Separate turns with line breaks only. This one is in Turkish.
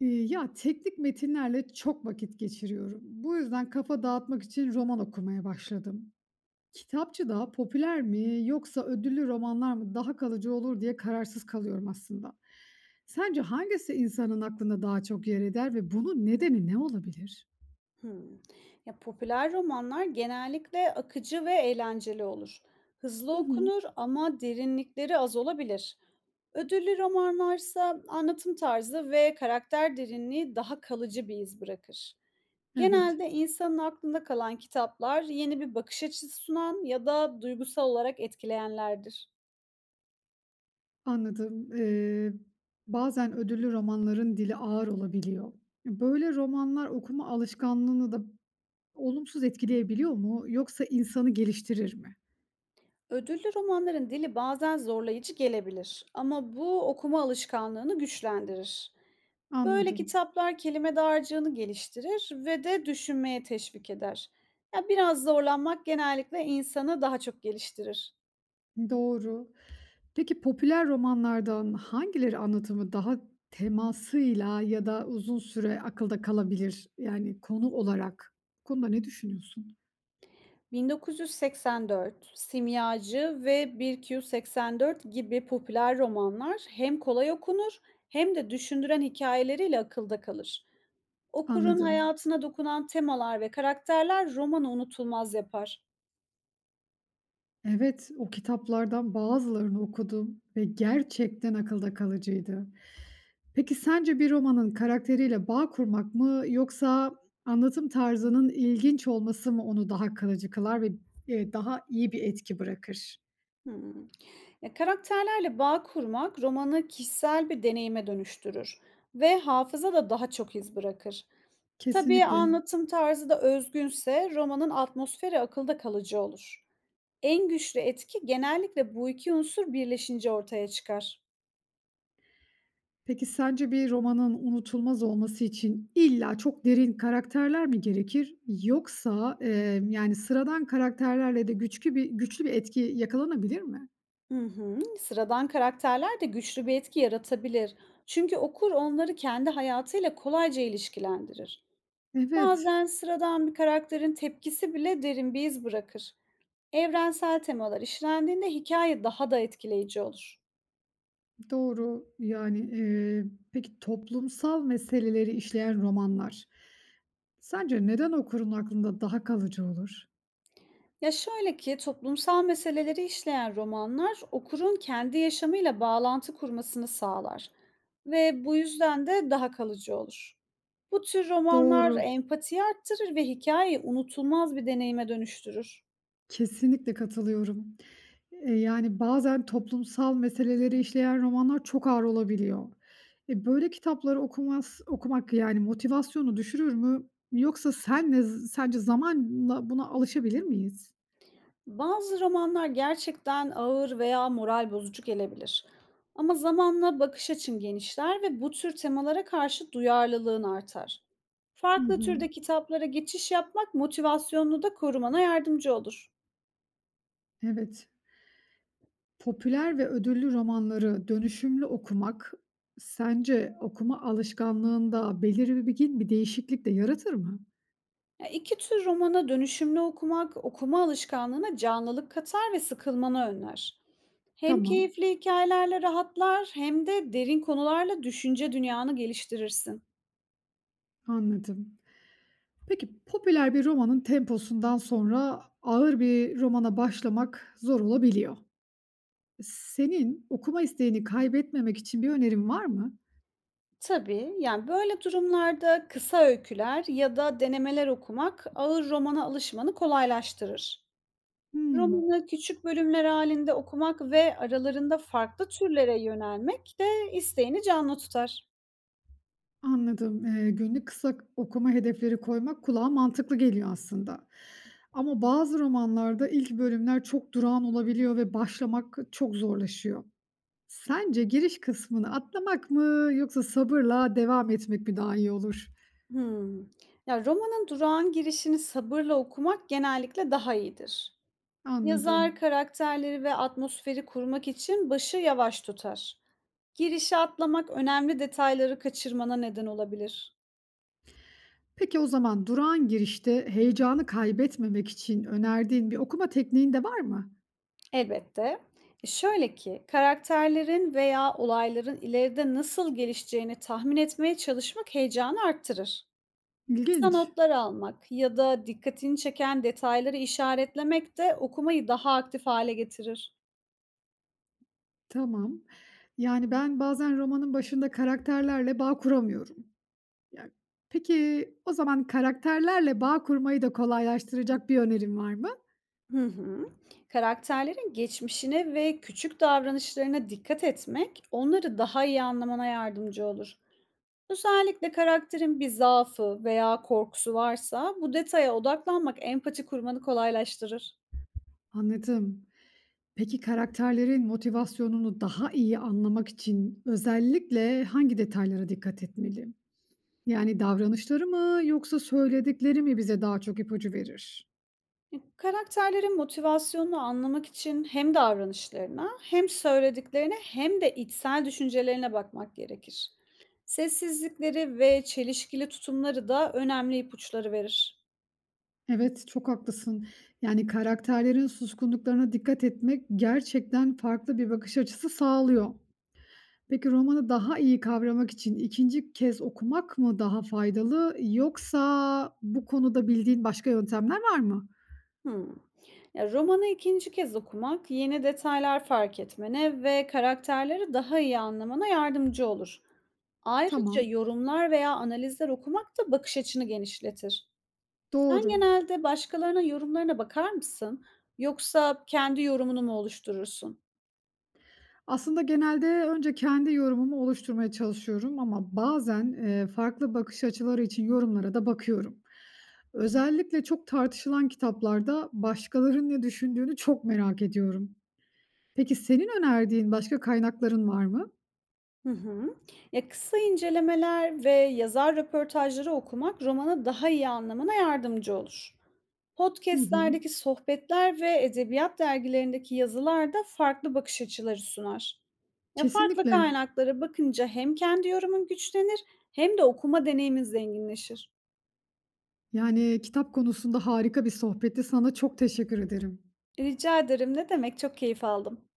Teknik metinlerle çok vakit geçiriyorum. Bu yüzden kafa dağıtmak için roman okumaya başladım. Kitapçı daha popüler mi yoksa ödüllü romanlar mı daha kalıcı olur diye kararsız kalıyorum aslında. Sence hangisi insanın aklında daha çok yer eder ve bunun nedeni ne olabilir?
Hımm. Ya, popüler romanlar genellikle akıcı ve eğlenceli olur.
Hı
Hızlı
hı.
okunur ama derinlikleri az olabilir. Ödüllü romanlarsa anlatım tarzı ve karakter derinliği daha kalıcı bir iz bırakır.
Evet,
Genelde insanın aklında kalan kitaplar yeni bir bakış açısı sunan ya da duygusal olarak etkileyenlerdir.
anladım. Bazen ödüllü romanların dili ağır olabiliyor. Böyle romanlar okuma alışkanlığını da olumsuz etkileyebiliyor mu yoksa insanı geliştirir mi?
Ödüllü romanların dili bazen zorlayıcı gelebilir ama bu okuma alışkanlığını güçlendirir. Böyle
Anladım.
kitaplar kelime dağarcığını geliştirir ve de düşünmeye teşvik eder. Ya, biraz zorlanmak genellikle insanı daha çok geliştirir.
Doğru. Peki popüler romanlardan hangileri anlatımı daha temasıyla ya da uzun süre akılda kalabilir? Yani konu olarak. Bu konuda ne düşünüyorsun?
1984, Simyacı ve 1Q84 gibi popüler romanlar hem kolay okunur hem de düşündüren hikayeleriyle akılda kalır. Okurun
Anladım.
hayatına dokunan temalar ve karakterler romanı unutulmaz yapar.
Evet, o kitaplardan bazılarını okudum ve gerçekten akılda kalıcıydı. Peki sence bir romanın karakteriyle bağ kurmak mı yoksa anlatım tarzının ilginç olması mı onu daha kalıcı kılar ve daha iyi bir etki bırakır?
Hımm. Ya, karakterlerle bağ kurmak romanı kişisel bir deneyime dönüştürür ve hafıza da daha çok iz bırakır. Tabii
Kesinlikle.
anlatım tarzı da özgünse romanın atmosferi akılda kalıcı olur. En güçlü etki genellikle bu iki unsur birleşince ortaya çıkar.
Peki sence bir romanın unutulmaz olması için illa çok derin karakterler mi gerekir yoksa sıradan karakterlerle de güçlü bir etki yakalanabilir mi?
Hı hı. Sıradan karakterler de güçlü bir etki yaratabilir, çünkü okur onları kendi hayatıyla kolayca ilişkilendirir.
Evet,
Bazen sıradan bir karakterin tepkisi bile derin bir iz bırakır. Evrensel temalar işlendiğinde hikaye daha da etkileyici olur.
doğru. Peki toplumsal meseleleri işleyen romanlar sence neden okurun aklında daha kalıcı olur?
Ya, şöyle ki, toplumsal meseleleri işleyen romanlar okurun kendi yaşamıyla bağlantı kurmasını sağlar ve bu yüzden de daha kalıcı olur. Bu tür romanlar
Doğru.
empatiyi arttırır ve hikâyeyi unutulmaz bir deneyime dönüştürür.
Kesinlikle katılıyorum. Bazen toplumsal meseleleri işleyen romanlar çok ağır olabiliyor. Böyle kitapları okumak, yani, motivasyonu düşürür mü? Yoksa senle z sence zamanla buna alışabilir miyiz?
Bazı romanlar gerçekten ağır veya moral bozucu gelebilir, ama zamanla bakış açın genişler ve bu tür temalara karşı duyarlılığın artar.
Hı
Farklı
hı.
türde kitaplara geçiş yapmak motivasyonunu da korumana yardımcı olur.
Evet. Popüler ve ödüllü romanları dönüşümlü okumak sence okuma alışkanlığında belirgin bir değişiklik de yaratır mı?
Ya, iki tür romana dönüşümlü okumak, okuma alışkanlığına canlılık katar ve sıkılmanı önler. Hem
Tamam,
keyifli hikayelerle rahatlar hem de derin konularla düşünce dünyanı geliştirirsin.
anladım. Peki, popüler bir romanın temposundan sonra ağır bir romana başlamak zor olabiliyor. Senin okuma isteğini kaybetmemek için bir önerin var mı?
Tabii, yani, böyle durumlarda kısa öyküler ya da denemeler okumak ağır romana alışmanı kolaylaştırır.
Hımm,
Romanı küçük bölümler halinde okumak ve aralarında farklı türlere yönelmek de isteğini canlı tutar.
anladım. Günlük kısa okuma hedefleri koymak kulağa mantıklı geliyor aslında. Ama bazı romanlarda ilk bölümler çok durağan olabiliyor ve başlamak çok zorlaşıyor. Sence giriş kısmını atlamak mı yoksa sabırla devam etmek mi daha iyi olur?
Hmm. Ya, romanın durağan girişini sabırla okumak genellikle daha iyidir. Yazar
Anladım.
karakterleri ve atmosferi kurmak için başı yavaş tutar. Girişi atlamak önemli detayları kaçırmana neden olabilir.
Peki o zaman durağan girişte heyecanı kaybetmemek için önerdiğin bir okuma tekniğin de var mı?
Elbette. Şöyle ki, karakterlerin veya olayların ileride nasıl gelişeceğini tahmin etmeye çalışmak heyecanı arttırır. Kısa
İlginç.
notlar almak ya da dikkatini çeken detayları işaretlemek de okumayı daha aktif hale getirir.
Tamam. Yani ben bazen romanın başında karakterlerle bağ kuramıyorum. Ya, peki, o zaman karakterlerle bağ kurmayı da kolaylaştıracak bir önerin var mı?
Hı hı. Karakterlerin geçmişine ve küçük davranışlarına dikkat etmek onları daha iyi anlamana yardımcı olur. Özellikle karakterin bir zaafı veya korkusu varsa bu detaya odaklanmak empati kurmanı kolaylaştırır.
Anladım. Peki, karakterlerin motivasyonunu daha iyi anlamak için özellikle hangi detaylara dikkat etmeliyim? Yani davranışları mı yoksa söyledikleri mi bize daha çok ipucu verir?
Karakterlerin motivasyonunu anlamak için hem davranışlarına, hem söylediklerine, hem de içsel düşüncelerine bakmak gerekir. Sessizlikleri ve çelişkili tutumları da önemli ipuçları verir.
Evet, çok haklısın. Yani karakterlerin suskunluklarına dikkat etmek gerçekten farklı bir bakış açısı sağlıyor. Peki romanı daha iyi kavramak için ikinci kez okumak mı daha faydalı yoksa bu konuda bildiğin başka yöntemler var mı?
Hmm. Ya, romanı ikinci kez okumak, yeni detaylar fark etmene ve karakterleri daha iyi anlamana yardımcı olur. Ayrıca
Tamam,
yorumlar veya analizler okumak da bakış açını genişletir. Sen
doğru.
genelde başkalarının yorumlarına bakar mısın, yoksa kendi yorumunu mu oluşturursun?
Aslında genelde önce kendi yorumumu oluşturmaya çalışıyorum ama bazen, farklı bakış açıları için yorumlara da bakıyorum. Özellikle çok tartışılan kitaplarda başkalarının ne düşündüğünü çok merak ediyorum. Peki senin önerdiğin başka kaynakların var mı?
Hı hı. Ya, kısa incelemeler ve yazar röportajları okumak romanı daha iyi anlamana yardımcı olur.
Hı hı.
Podcast'lerdeki sohbetler ve edebiyat dergilerindeki yazılar da farklı bakış açıları sunar. Ya, farklı
Kesinlikle.
kaynaklara bakınca hem kendi yorumun güçlenir hem de okuma deneyimin zenginleşir.
Yani kitap konusunda harika bir sohbetti. Sana çok teşekkür ederim.
Rica ederim, ne demek, çok keyif aldım.